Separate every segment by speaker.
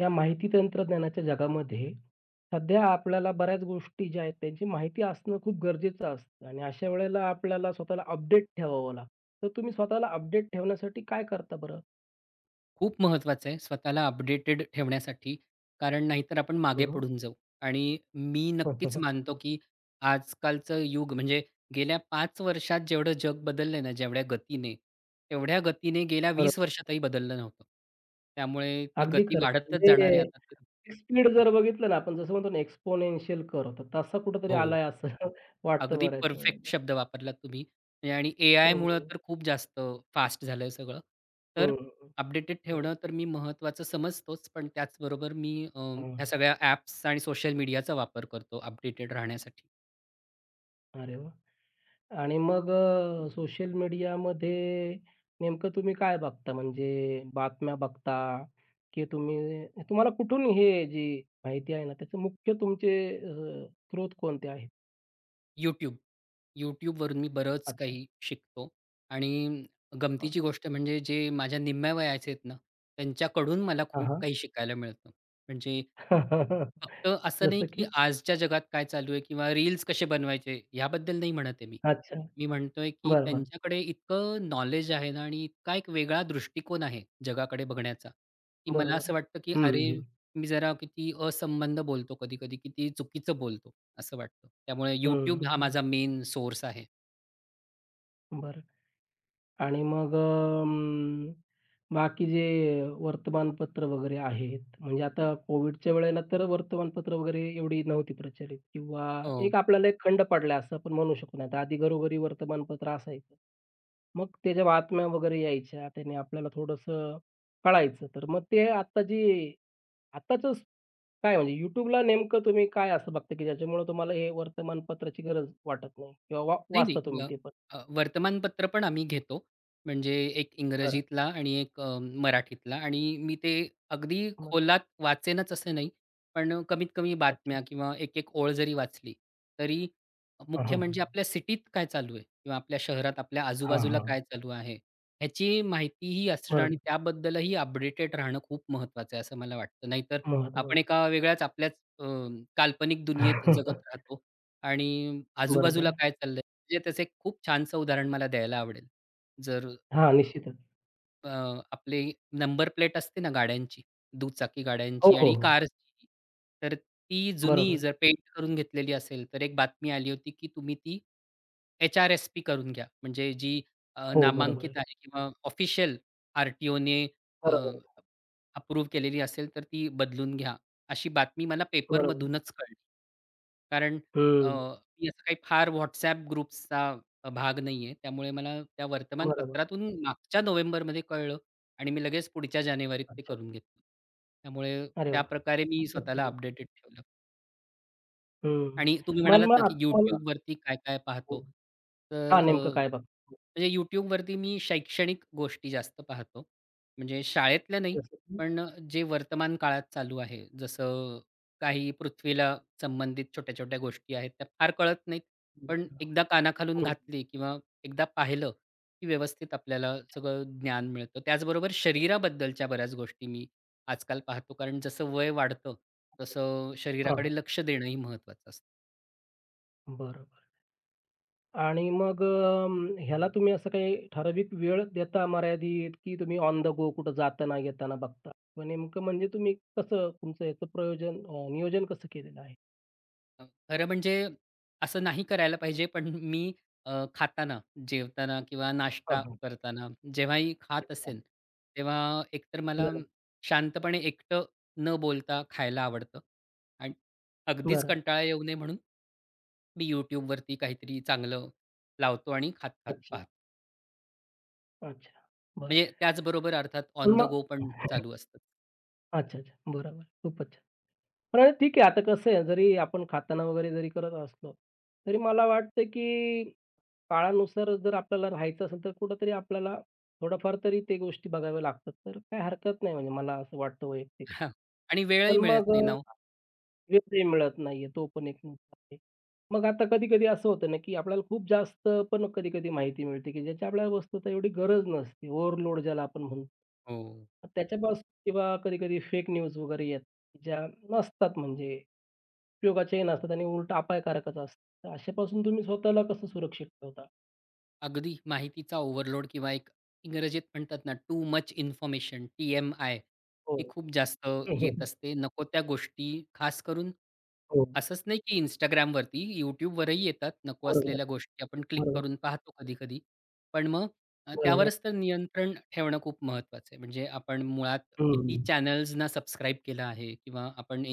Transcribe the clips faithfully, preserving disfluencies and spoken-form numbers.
Speaker 1: या माहिती तंत्रज्ञानाच्या जगामध्ये सध्या आपल्याला बऱ्याच गोष्टी ज्या आहेत त्यांची माहिती असणं खूप गरजेचं असतं आणि अशा वेळेला आपल्याला स्वतःला अपडेट ठेवावं लागतं. तर तुम्ही स्वतःला अपडेट ठेवण्यासाठी काय करता बरं?
Speaker 2: खूप महत्वाचं आहे स्वतःला अपडेटेड ठेवण्यासाठी. कारण नाहीतर आपण मागे
Speaker 1: हं, हं.
Speaker 2: पडून जाऊ. आणि मी नक्कीच मानतो, की आजकालचं युग म्हणजे गेल्या पाच वर्षात जेवढं जग बदललंय ना, जेवढ्या गतीने, तेवढ्या गतीने गेल्या
Speaker 1: बरं.
Speaker 2: वीस वर्षातही बदललं नव्हतं. त्यामुळे ती
Speaker 1: अगदी
Speaker 2: गती
Speaker 1: खरं
Speaker 2: वाढतच जाणार आहे
Speaker 1: म्हणजे
Speaker 2: आता तर.
Speaker 1: स्पीड जर बघितलं ना आपण जसं म्हणतो ना एक्स्पोनेन्शियल कर्व्ह तर तसा कुठेतरी
Speaker 2: हो.
Speaker 1: आलाय असं वाटतं
Speaker 2: अगदी
Speaker 1: बऱ्याच
Speaker 2: परफेक्ट
Speaker 1: वेळेला.
Speaker 2: शब्द वापरलात तुम्ही. म्हणजे आणि
Speaker 1: हं,
Speaker 2: एआयमुळं
Speaker 1: हं.
Speaker 2: तर खूप जास्त फास्ट झालंय सगळं. तर
Speaker 1: हं,
Speaker 2: अपडेटेड
Speaker 1: बरोबर.
Speaker 2: ठेवणं तर मी महत्त्वाचं समजतोच. पण त्याचबरोबर मी अ,
Speaker 1: हां.
Speaker 2: ह्या सगळ्या ॲप्स आणि सोशल मीडियाचा वापर करतो अपडेटेड राहण्यासाठी.
Speaker 1: अरे वाह! आणि मग सोशल मीडियामध्ये नेमकं तुम्ही काय बघता? म्हणजे बातम्या बघता की तुम्ही तुम्हाला कुठून हे जी माहिती आहे ना, त्याचे मुख्य तुमचे अ, स्रोत कोणते आहेत?
Speaker 2: YouTube. YouTubeवरून मी बरंच
Speaker 1: अच्छा.
Speaker 2: काही शिकतो. आणि
Speaker 1: हां.
Speaker 2: गमतीची गोष्ट म्हणजे जे माझ्या निम्म्या वयाचे आहेत ना, त्यांच्याकडून मला
Speaker 1: हां,
Speaker 2: खूप
Speaker 1: हां.
Speaker 2: काही शिकायला मिळतं. म्हणजे फक्त असं नाही,
Speaker 1: जसं
Speaker 2: की
Speaker 1: की?
Speaker 2: आजच्या जगात काय चालू आहे किंवा रील्स कसे बनवायचे ह्याबद्दल नाही म्हणत आहे मी.
Speaker 1: अच्छा.
Speaker 2: मी म्हणतोय, की
Speaker 1: बरं, बरं.
Speaker 2: त्यांच्याकडे इतकं नॉलेज आहे ना आणि इतका एक वेगळा दृष्टिकोन आहे जगाकडे बघण्याचा, की मला
Speaker 1: बरोबर
Speaker 2: असं
Speaker 1: आहे.
Speaker 2: वाटतं, की
Speaker 1: हं,
Speaker 2: अरे,
Speaker 1: हं.
Speaker 2: मी जरा किती असंबद्ध बोलतो कधी-कधी, किती चुकीचं बोलतो. असं वाटतं. त्यामुळे YouTube हा
Speaker 1: हं,
Speaker 2: माझा मेन सोर्स आहे.
Speaker 1: बरं. आणि मग अं, बाकी जे वर्तमानपत्र वगैरे आहेत, म्हणजे आता कोविडच्या वेळेला तर वर्तमानपत्र वगैरे एवढी नव्हती प्रचलित किंवा एक
Speaker 2: हो.
Speaker 1: आपल्याला एक खंड पडला असं आपण म्हणू शकतो. नाहीतर आधी घरोघरी वर्तमानपत्र असायचं. मग त्याच्या बातम्या वगैरे यायच्या. त्याने आपल्याला थोडंसं कळायचं. तर मग ते आता जे आत्ताचं काय म्हणजे YouTubeला नेमकं तुम्ही काय असं बघता, की ज्याच्यामुळे तुम्हाला हे वर्तमानपत्राची गरज वाटत नाही किंवा वा
Speaker 2: नाही,
Speaker 1: वाचता
Speaker 2: नाही.
Speaker 1: तुम्ही
Speaker 2: व
Speaker 1: ते पण?
Speaker 2: अ, वर्तमानपत्र पण आम्ही घेतो. म्हणजे एक
Speaker 1: बरं.
Speaker 2: इंग्रजीतला आणि एक अ, मराठीतला आणि मी ते अगदी
Speaker 1: मग
Speaker 2: खोलात वाचेनच असं नाही. पण कमीत कमी
Speaker 1: अच्छा.
Speaker 2: बातम्या किंवा एक-एक ओळ जरी वाचली, तरी
Speaker 1: हां,
Speaker 2: मुख्य
Speaker 1: हां.
Speaker 2: म्हणजे आपल्या सिटीत काय चालू आहे किंवा आपल्या शहरात आपल्या
Speaker 1: हां,
Speaker 2: आजूबाजूला
Speaker 1: हां.
Speaker 2: काय चालू आहे, ह्याची माहितीही असणं आणि
Speaker 1: बरोबर.
Speaker 2: त्याबद्दलही अपडेटेड राहणं खूप महत्त्वाचं आहे, असं मला वाटतं. नाहीतर
Speaker 1: महत्त्व
Speaker 2: आपण एका वेगळ्याच आपल्याच अ, काल्पनिक दुनियेत जगत राहतो. आणि
Speaker 1: बरोबर
Speaker 2: आजूबाजूला
Speaker 1: आहे.
Speaker 2: काय चाललंय? म्हणजे त्याचं एक खूप छानसं उदाहरण मला द्यायला आवडेल. जर
Speaker 1: हां, निश्चितच.
Speaker 2: अ, आपली नंबर प्लेट असते ना गाड्यांची, दुचाकी
Speaker 1: हो,
Speaker 2: गाड्यांची
Speaker 1: हो,
Speaker 2: आणि
Speaker 1: हो.
Speaker 2: कार्सची, तर ती
Speaker 1: बरोबर
Speaker 2: जुनी
Speaker 1: आहे.
Speaker 2: जर पेंट करून घेतलेली असेल, तर एक बातमी आली होती, की तुम्ही ती एच-आर-एस-पी करून घ्या. म्हणजे जी अ,
Speaker 1: हो, बरोबर आहे.
Speaker 2: नामांकित आहे किंवा ऑफिशियल आर-टी-ओने
Speaker 1: बरोबर आहे.
Speaker 2: अप्रूव्ह केलेली असेल तर ती बदलून घ्या. अशी बातमी मला
Speaker 1: बरोबर.
Speaker 2: पेपरमधूनच कळली. कारण अ,
Speaker 1: हं.
Speaker 2: मी असं काही फार WhatsApp ग्रुप्सचा भाग नाहीये. त्यामुळे मला त्या
Speaker 1: बरोबर.
Speaker 2: वर्तमानपत्रातून मागच्या नोव्हेंबरमध्ये कळलं आणि मी लगेच पुढच्या जानेवारीत ते
Speaker 1: अच्छा.
Speaker 2: करून घेतलं. त्यामुळे
Speaker 1: अरे वाह!
Speaker 2: त्याप्रकारे मी
Speaker 1: खूपच
Speaker 2: स्वतःला
Speaker 1: सुंदर.
Speaker 2: अपडेटेड ठेवलं.
Speaker 1: हं.
Speaker 2: आणि तुम्ही
Speaker 1: मन
Speaker 2: म्हणालात ना,
Speaker 1: मला
Speaker 2: की
Speaker 1: मला
Speaker 2: YouTubeवरती काय-काय
Speaker 1: हो.
Speaker 2: पाहतो. तर
Speaker 1: हां,
Speaker 2: अ,
Speaker 1: नेमकं काय बघता?
Speaker 2: म्हणजे YouTubeवरती मी शैक्षणिक गोष्टी जास्त पाहतो. म्हणजे शाळेतल्या नाही,
Speaker 1: जसं की
Speaker 2: पण जे वर्तमान काळात चालू आहे. जसं काही पृथ्वीला संबंधित छोट्या-छोट्या गोष्टी आहेत, त्या फार कळत नाहीत. पण
Speaker 1: हं.
Speaker 2: एकदा कानाखालून घातली किंवा एकदा पाहिलं, की व्यवस्थित आपल्याला सगळं ज्ञान मिळतं. त्याचबरोबर शरीराबद्दलच्या बऱ्याच गोष्टी मी आजकाल पाहतो. कारण जसं वय वाढतं, तसं
Speaker 1: हां, हां.
Speaker 2: शरीराकडे लक्ष देणंही महत्त्वाचं असतं.
Speaker 1: बरोबर आणि मग अ, ह्याला तुम्ही असं काही ठराविक वेळ देता मर्यादित, की तुम्ही ऑन द गो कुठं जाताना, येताना बघता? मग नेमकं म्हणजे तुम्ही कसं तुमचं याचं प्रयोजन अ, नियोजन कसं केलेलं आहे?
Speaker 2: अ, खरं म्हणजे असं नाही करायला पाहिजे, पण मी अ, खाताना, जेवताना किंवा
Speaker 1: हां,
Speaker 2: नाश्ता
Speaker 1: हां.
Speaker 2: करताना जेव्हाही खात
Speaker 1: अच्छा.
Speaker 2: असेन, तेव्हा एकतर मला
Speaker 1: बरं,
Speaker 2: शांतपणे एकटं न बोलता खायला आवडतं आणि अगदीच
Speaker 1: बरं.
Speaker 2: कंटाळा येऊ नये म्हणून मी YouTubeवरती काहीतरी चांगलं लावतो आणि खात-खात
Speaker 1: अच्छा,
Speaker 2: पाहतो.
Speaker 1: अच्छा. बरं.
Speaker 2: म्हणजे त्याचबरोबर अर्थात
Speaker 1: पण
Speaker 2: ऑन द गो
Speaker 1: मग
Speaker 2: पण चालू असतं.
Speaker 1: अच्छा, अच्छा. बरोबर. खूपच छान. पण ठीक आहे. आता कसं आहे, जरी आपण खाताना वगैरे जरी करत असलो, तरी मला वाटतं की काळानुसार जर आपल्याला राहायचं असेल, तर कुठेतरी आपल्याला थोडंफार तरी ते गोष्टी बघाव्या लागतात. तर काही हरकत नाही म्हणजे मला असं वाटतं वैयक्तिक.
Speaker 2: आणि वेळही
Speaker 1: पण
Speaker 2: मिळत
Speaker 1: मग अ
Speaker 2: नाही ना हो.
Speaker 1: वेळही मिळत नाहीये, तो पण एक मुद्दा आहे. मग आता कधी-कधी असं होतं ना, की आपल्याला खूप जास्त पण कधी-कधी माहिती मिळते, की ज्याची आपल्याला वस्तुतः एवढी गरज नसते. ओव्हरलोड ज्याला आपण म्हणतो.
Speaker 2: हो.
Speaker 1: मग त्याच्यापासून किंवा कधी-कधी फेक न्यूज वगैरे येतात, ज्या नसतात म्हणजे उपयोगाच्याही नसतात आणि उलट अपायकारकच असतात. तर अशापासून तुम्ही स्वतःला कसं सुरक्षित ठेवता?
Speaker 2: अगदी माहितीचा ओव्हरलोड किंवा एक इंग्रजीत म्हणतात ना, टू मच इन्फॉर्मेशन टी-एम-आय
Speaker 1: हो.
Speaker 2: हे खूप जास्त येत असते. नको त्या गोष्टी खास करून
Speaker 1: हं, हो.
Speaker 2: असंच नाही की Instagramवरती, YouTubeवरही येतात नको
Speaker 1: बरोबर,
Speaker 2: असलेल्या गोष्टी आपण क्लिक
Speaker 1: बरोबर,
Speaker 2: करून पाहतो कधी-कधी. पण मग अ,
Speaker 1: बरोबर.
Speaker 2: त्यावरच तर नियंत्रण ठेवणं खूप महत्त्वाचं आहे. म्हणजे आपण मुळात किती
Speaker 1: हं,
Speaker 2: चॅनल्सना सबस्क्राईब केलं आहे किंवा आपण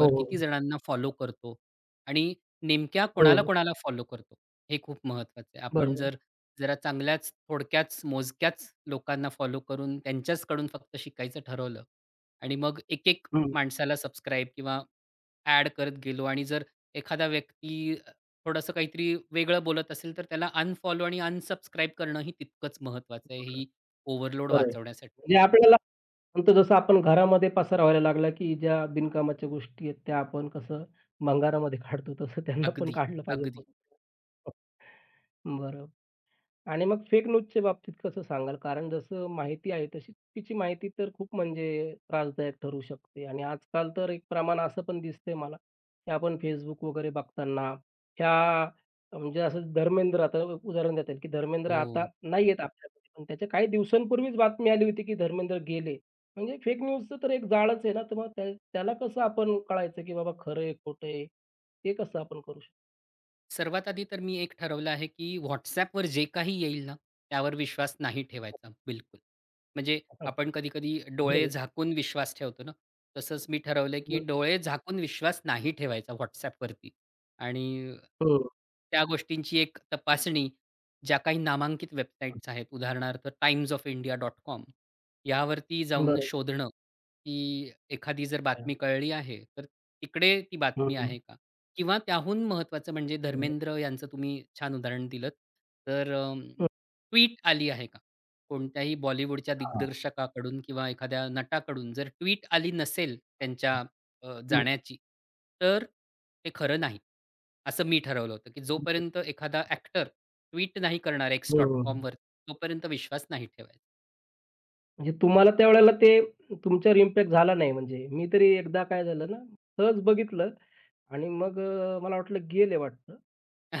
Speaker 1: हो,
Speaker 2: किती
Speaker 1: हो.
Speaker 2: जणांना फॉलो करतो आणि नेमक्या
Speaker 1: हं.
Speaker 2: कोणाला-कोणाला फॉलो करतो हे खूप महत्त्वाचं आहे. आपण
Speaker 1: बरोबर.
Speaker 2: जर जरा चांगल्याच, थोडक्याच, मोजक्याच लोकांना फॉलो करून त्यांच्याचकडून फक्त शिकायचं ठरवलं आणि मग एक-एक
Speaker 1: हं.
Speaker 2: माणसाला सबस्क्राईब किंवा ॲड करत गेलो आणि जर एखादा व्यक्ती अ, थोडंसं काहीतरी वेगळं बोलत असेल, तर त्याला अनफॉलो आणि अनसबस्क्राईब करणंही तितकंच महत्त्वाचं आहे, ही ओव्हरलोड
Speaker 1: खरं आहे.
Speaker 2: वाचवण्यासाठी.
Speaker 1: म्हणजे आपल्याला नंतर जसं आपण घरामध्ये पसार व्हायला लागला, की ज्या बिनकामाच्या गोष्टी आहेत, त्या आपण कसं भंगारामध्ये काढतो, तसं त्यांना पण
Speaker 2: अगदी,
Speaker 1: काढलं पाहिजे.
Speaker 2: अगदी.
Speaker 1: बरोबर. आणि मग फेक न्यूजच्या बाबतीत कसं सांगाल? कारण जसं माहिती आहे तशी चुकीची माहिती तर खूप म्हणजे त्रासदायक ठरू शकते आणि आजकाल तर एक प्रमाण असं पण दिसतंय मला, की आपण Facebook वगैरे बघताना ह्या म्हणजे असं धर्मेंद्र आता उदाहरण देता येईल, की धर्मेंद्र
Speaker 2: हो.
Speaker 1: आता नाही आहेत आपल्याकडे, पण त्याच्या काही दिवसांपूर्वीच बातमी आली होती, की धर्मेंद्र गेले. म्हणजे फेक न्यूजचं तर एक जाळच आहे ना, तर मग त्या त्याला कसं आपण कळायचं, की बाबा खरं आहे, खोटं आहे? ते कसं आपण करू शकतो?
Speaker 2: सर्वात आधी तर मी एक ठरवलं आहे, की WhatsAppवर जे काही येईल ना, त्यावर विश्वास नाही ठेवायचा बिलकुल. म्हणजे आपण कधी-कधी डोळे
Speaker 1: बरोबर.
Speaker 2: झाकून विश्वास ठेवतो ना, तसंच मी ठरवलं, की
Speaker 1: बरोबर.
Speaker 2: डोळे झाकून विश्वास नाही ठेवायचा WhatsAppवरती आणि
Speaker 1: हं,
Speaker 2: त्या गोष्टींची एक तपासणी ज्या काही नामांकित
Speaker 1: हं.
Speaker 2: वेबसाईट्स आहेत, उदाहरणार्थ Times of India dot com यावरती जाऊन शोधणं, की एखादी जर बातमी कळली आहे, तर तिकडे ती बातमी
Speaker 1: हं,
Speaker 2: आहे का? किंवा त्याहून महत्त्वाचं म्हणजे
Speaker 1: बरोबर.
Speaker 2: धर्मेंद्र यांचं तुम्ही छान उदाहरण दिलंत. तर अ, ट्वीट आली आहे का? कोणत्याही बॉलिवूडच्या
Speaker 1: हां,
Speaker 2: दिग्दर्शकाकडून किंवा एखाद्या नटाकडून जर ट्वीट आली नसेल
Speaker 1: हां.
Speaker 2: त्यांच्या अ,
Speaker 1: हं,
Speaker 2: जाण्याची, तर ते खरं नाही. असं मी ठरवलं होतं, की
Speaker 1: हं.
Speaker 2: जोपर्यंत एखादा एक्टर ट्वीट नाही करणार
Speaker 1: बरोबर.
Speaker 2: X.comवर तोपर्यंत विश्वास नाही ठेवायचा.
Speaker 1: म्हणजे तुम्हाला त्यावेळेला ते तुमच्यावर इम्पॅक्ट झाला नाही म्हणजे. मी तरी एकदा काय झालं ना, सहज बघितलं आणि मग अ, मला वाटलं गेले वाटतं.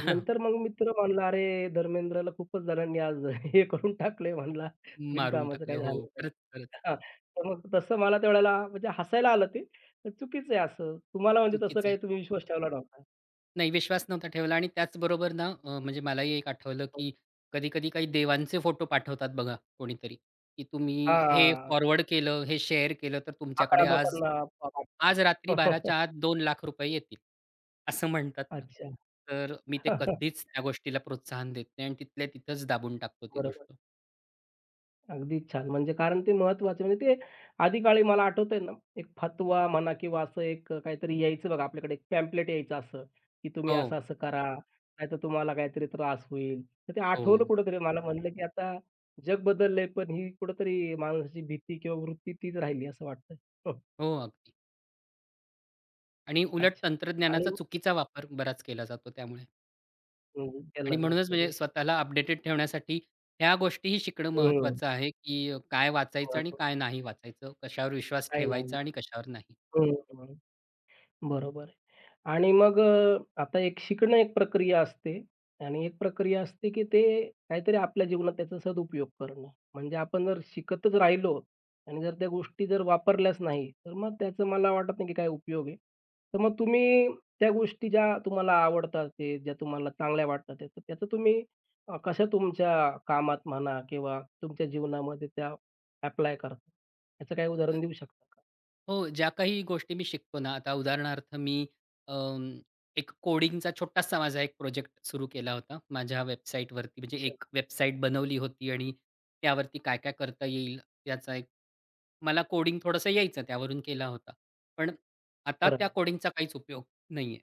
Speaker 1: नंतर मग मित्र म्हणला, "अरे, धर्मेंद्रला खूपच जणांनी आज हे करून टाकलंय" म्हणला,
Speaker 2: मारून
Speaker 1: "बिनकामाचं
Speaker 2: टाकलं.
Speaker 1: काही झालं
Speaker 2: हो,
Speaker 1: नाही."
Speaker 2: खरंच, खरंच.
Speaker 1: हां, तर मग तसं मला त्यावेळेला म्हणजे हसायला आलं ते. तर चुकीचं आहे असं. तुम्हाला म्हणजे तसं
Speaker 2: चुकीचं
Speaker 1: काही
Speaker 2: आहे.
Speaker 1: तुम्ही विश्वास ठेवला नव्हता.
Speaker 2: नाही विश्वास नव्हता ठेवला आणि त्याचबरोबर ना अ, म्हणजे मलाही एक आठवलं, की कधी-कधी काही देवांचे फोटो पाठवतात बघा कोणीतरी, की तुम्ही हे
Speaker 1: हां,
Speaker 2: फॉरवर्ड केलं, हे शेअर केलं तर
Speaker 1: अकरा
Speaker 2: तुमच्याकडे आज
Speaker 1: लोकांना पाठवा.
Speaker 2: आज रात्री बाराच्या आत दोन लाख रुपये येतील, असं म्हणतात ना.
Speaker 1: अच्छा.
Speaker 2: तर मी ते कधीच त्या गोष्टीला प्रोत्साहन देत नाही आणि तिथल्या तिथंच दाबून टाकतो ती
Speaker 1: बरोबर.
Speaker 2: गोष्ट.
Speaker 1: अगदी छान. म्हणजे कारण ते महत्त्वाचं म्हणजे ते आधी काळी मला आठवतंय ना, एक फतवा म्हणा किंवा असं एक अ, काहीतरी यायचं बघा आपल्याकडे एक पॅम्पलेट यायचं असं, की तुम्ही
Speaker 2: हो,
Speaker 1: असं-असं करा, नाहीतर तुम्हाला काहीतरी त्रास होईल. तर ते
Speaker 2: हो,
Speaker 1: आठवलं कुठेतरी मला म्हणलं, की आता जग बदललंय, पण ही कुठेतरी माणसाची भीती किंवा वृत्ती तीच राहिली असं वाटतंय. हं,
Speaker 2: हो, अगदी. आणि उलट
Speaker 1: अच्छा. आणि
Speaker 2: तंत्रज्ञानाचा चुकीचा वापर बराच केला जातो त्यामुळे.
Speaker 1: हं, केला
Speaker 2: आणि म्हणूनच
Speaker 1: जातोय
Speaker 2: म्हणजे
Speaker 1: निषेध.
Speaker 2: स्वतःला अपडेटेड ठेवण्यासाठी ह्या गोष्टीही शिकणं
Speaker 1: हं.
Speaker 2: महत्त्वाचं आहे, की काय वाचायचं आणि काय नाही वाचायचं? कशावर विश्वास
Speaker 1: काही नाही.
Speaker 2: ठेवायचा आणि कशावर नाही?
Speaker 1: हं. बरोबर आहे. आणि मग अ, आता एक शिकणं एक प्रक्रिया असते आणि एक प्रक्रिया असते, की ते काहीतरी आपल्या जीवनात त्याचा सदुपयोग करणं. म्हणजे आपण जर शिकतच राहिलो आणि जर त्या गोष्टी जर वापरल्याच नाही, तर मग त्याचा मला वाटत नाही, की काय उपयोग आहे. तर मग तुम्ही त्या गोष्टी ज्या तुम्हाला आवडतात, ते ज्या तुम्हाला चांगल्या वाटतात, त्या तर त्याचं तुम्ही अ, कशा तुमच्या कामात म्हणा किंवा तुमच्या जीवनामध्ये त्या ॲप्लाय करता? याचं काही उदाहरण देऊ शकता का?
Speaker 2: हो, ज्या काही गोष्टी मी शिकतो ना, आता उदाहरणार्थ मी अं, एक कोडिंगचा छोटासा माझा एक प्रोजेक्ट सुरू केला होता माझ्या वेबसाईटवरती. म्हणजे
Speaker 1: अच्छा.
Speaker 2: एक वेबसाईट बनवली होती आणि त्यावरती काय-काय करता येईल याचा एक मला कोडिंग थोडंसं यायचं त्यावरून केला होता. पण आता
Speaker 1: बरं,
Speaker 2: त्या कोडिंगचा काहीच उपयोग नाहीये.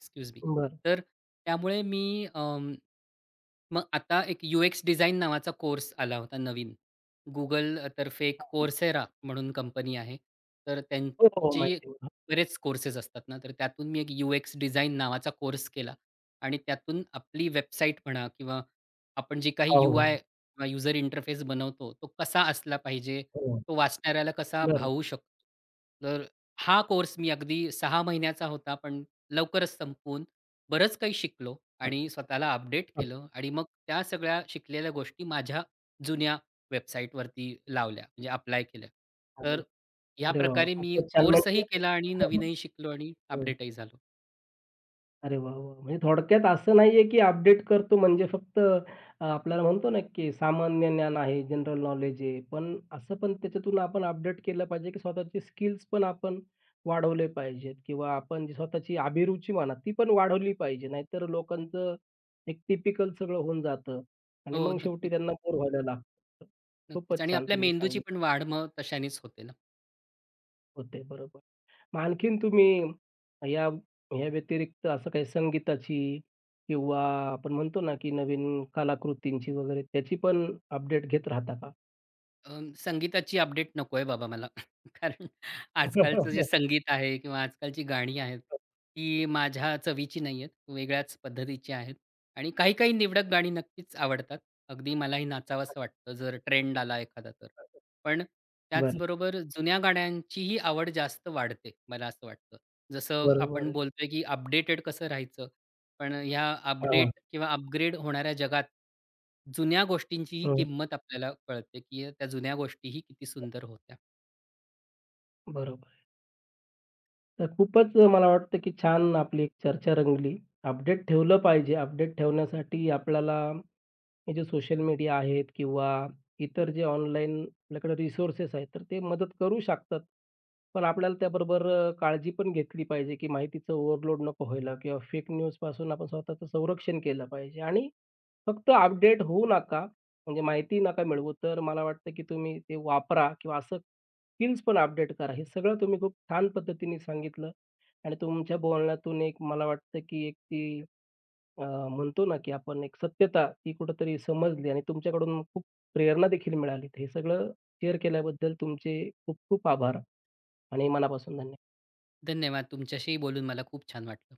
Speaker 2: Excuse me.
Speaker 1: बरं.
Speaker 2: तर त्यामुळे मी मग आता एक यू-एक्स डिझाइन नावाचा कोर्स आला होता नवीन. Google तर्फे एक Coursera म्हणून कंपनी आहे. तर
Speaker 1: हो, हो.
Speaker 2: त्यांची
Speaker 1: माहिती आहे.
Speaker 2: बरेच कोर्सेस असतात ना, तर त्यातून मी एक यू-एक्स डिझाइन नावाचा कोर्स केला आणि त्यातून आपली वेबसाईट म्हणा किंवा आपण जे काही
Speaker 1: हो, हो.
Speaker 2: यू-आय किंवा यूजर इंटरफेस बनवतो, तो कसा असला पाहिजे,
Speaker 1: हो, हो.
Speaker 2: तो वाचणाऱ्याला कसा
Speaker 1: बरं.
Speaker 2: भावू शकतो. तर हा कोर्स मी अगदी सहा महिन्याचा होता, पण लवकरच संपवून बरंच काही शिकलो
Speaker 1: अच्छा.
Speaker 2: आणि स्वतःला अपडेट केलं आणि मग त्या सगळ्या शिकलेल्या गोष्टी माझ्या जुन्या वेबसाईटवरती लावल्या, म्हणजे अप्लाय केल्या.
Speaker 1: अरे
Speaker 2: तर या
Speaker 1: अरे वाह!
Speaker 2: प्रकारे मी
Speaker 1: खूपच छान
Speaker 2: कोर्सही
Speaker 1: म्हणजे
Speaker 2: केला आणि नवीनही शिकलो आणि
Speaker 1: हो.
Speaker 2: अपडेटही झालो.
Speaker 1: अरे वाह, वाह! म्हणजे थोडक्यात असं नाहीये, की अपडेट करतो म्हणजे फक्त अ, आपल्याला म्हणतो ना, की सामान्य ज्ञान आहे, जनरल नॉलेज आहे. पण असं पण त्याच्यातून आपण अपडेट केलं पाहिजे, की स्वतःचे स्किल्स पण आपण वाढवले पाहिजेत किंवा आपण जी स्वतःची अभिरुची म्हणा, ती पण वाढवली पाहिजे. नाहीतर लोकांचं एक टिपिकल सगळं होऊन जातं आणि
Speaker 2: हो,
Speaker 1: मग शेवटी
Speaker 2: नक्कीच,
Speaker 1: त्यांना बोर व्हायला लागतं.
Speaker 2: नक्कीच
Speaker 1: खूपच
Speaker 2: आणि
Speaker 1: छान
Speaker 2: आपल्या
Speaker 1: तुम्ही
Speaker 2: मेंदूची
Speaker 1: सांगितलं.
Speaker 2: पण वाढ मग तशानेच होते ना.
Speaker 1: होते, बरोबर. मग आणखीन तुम्ही या या व्यतिरिक्त असं काही संगीताची किंवा आपण म्हणतो ना, की नवीन कलाकृतींची वगैरे त्याची पण अपडेट घेत राहता का?
Speaker 2: अं, संगीताची अपडेट नको आहे बाबा मला. कारण आजकालचं जे संगीत आहे किंवा आजकालची गाणी आहेत, ती माझ्या चवीची नाही आहेत. वेगळ्याच पद्धतीची आहेत आणि काही-काही निवडक गाणी नक्कीच आवडतात. अगदी मलाही नाचावसं वाटतं जर ट्रेंड आला एखादा तर. पण
Speaker 1: बरं,
Speaker 2: त्याचबरोबर जुन्या गाण्यांचीही आवड जास्त वाढते, मला असं वाटतं. जसं
Speaker 1: बरोबर
Speaker 2: आपण
Speaker 1: आहे.
Speaker 2: बोलतोय की अपडेटेड कसं राहायचं पण ह्या
Speaker 1: हां,
Speaker 2: अपडेट किंवा अपग्रेड होणाऱ्या जगात, जुन्या गोष्टींचीही
Speaker 1: हं.
Speaker 2: किंमत आपल्याला कळते, की त्या जुन्या गोष्टीही किती सुंदर होत्या.
Speaker 1: बरोबर. तर खूपच मला वाटतं, की छान आपली एक चर्चा रंगली. अपडेट ठेवलं पाहिजे. अपडेट ठेवण्यासाठी आपल्याला हे जे सोशल मीडिया आहेत किंवा इतर जे ऑनलाईन आपल्याकडे रिसोर्सेस आहेत, तर ते मदत करू शकतात. पण आपल्याला त्याबरोबर अ, काळजी पण घेतली पाहिजे, की माहितीचं ओव्हरलोड नको व्हायला किंवा फेक न्यूजपासून आपण स्वतःचं संरक्षण केलं पाहिजे आणि फक्त अपडेट होऊ नका, म्हणजे माहिती नका मिळवू. तर मला वाटतं, की तुम्ही ते वापरा किंवा असं स्किल्स पण अपडेट करा. हे सगळं तुम्ही खूप छान पद्धतीने सांगितलं आणि तुमच्या बोलण्यातून एक मला वाटतं, की एक ती अ, म्हणतो ना, की आपण एक सत्यता ती कुठेतरी समजली आणि तुमच्याकडून खूप प्रेरणा देखील मिळाली. तर हे सगळं शेअर केल्याबद्दल तुमचे खूप खूप आभार आणि मनापासून धन्यवाद.
Speaker 2: धन्यवाद. तुमच्याशी बोलून मला खूप छान वाटलं.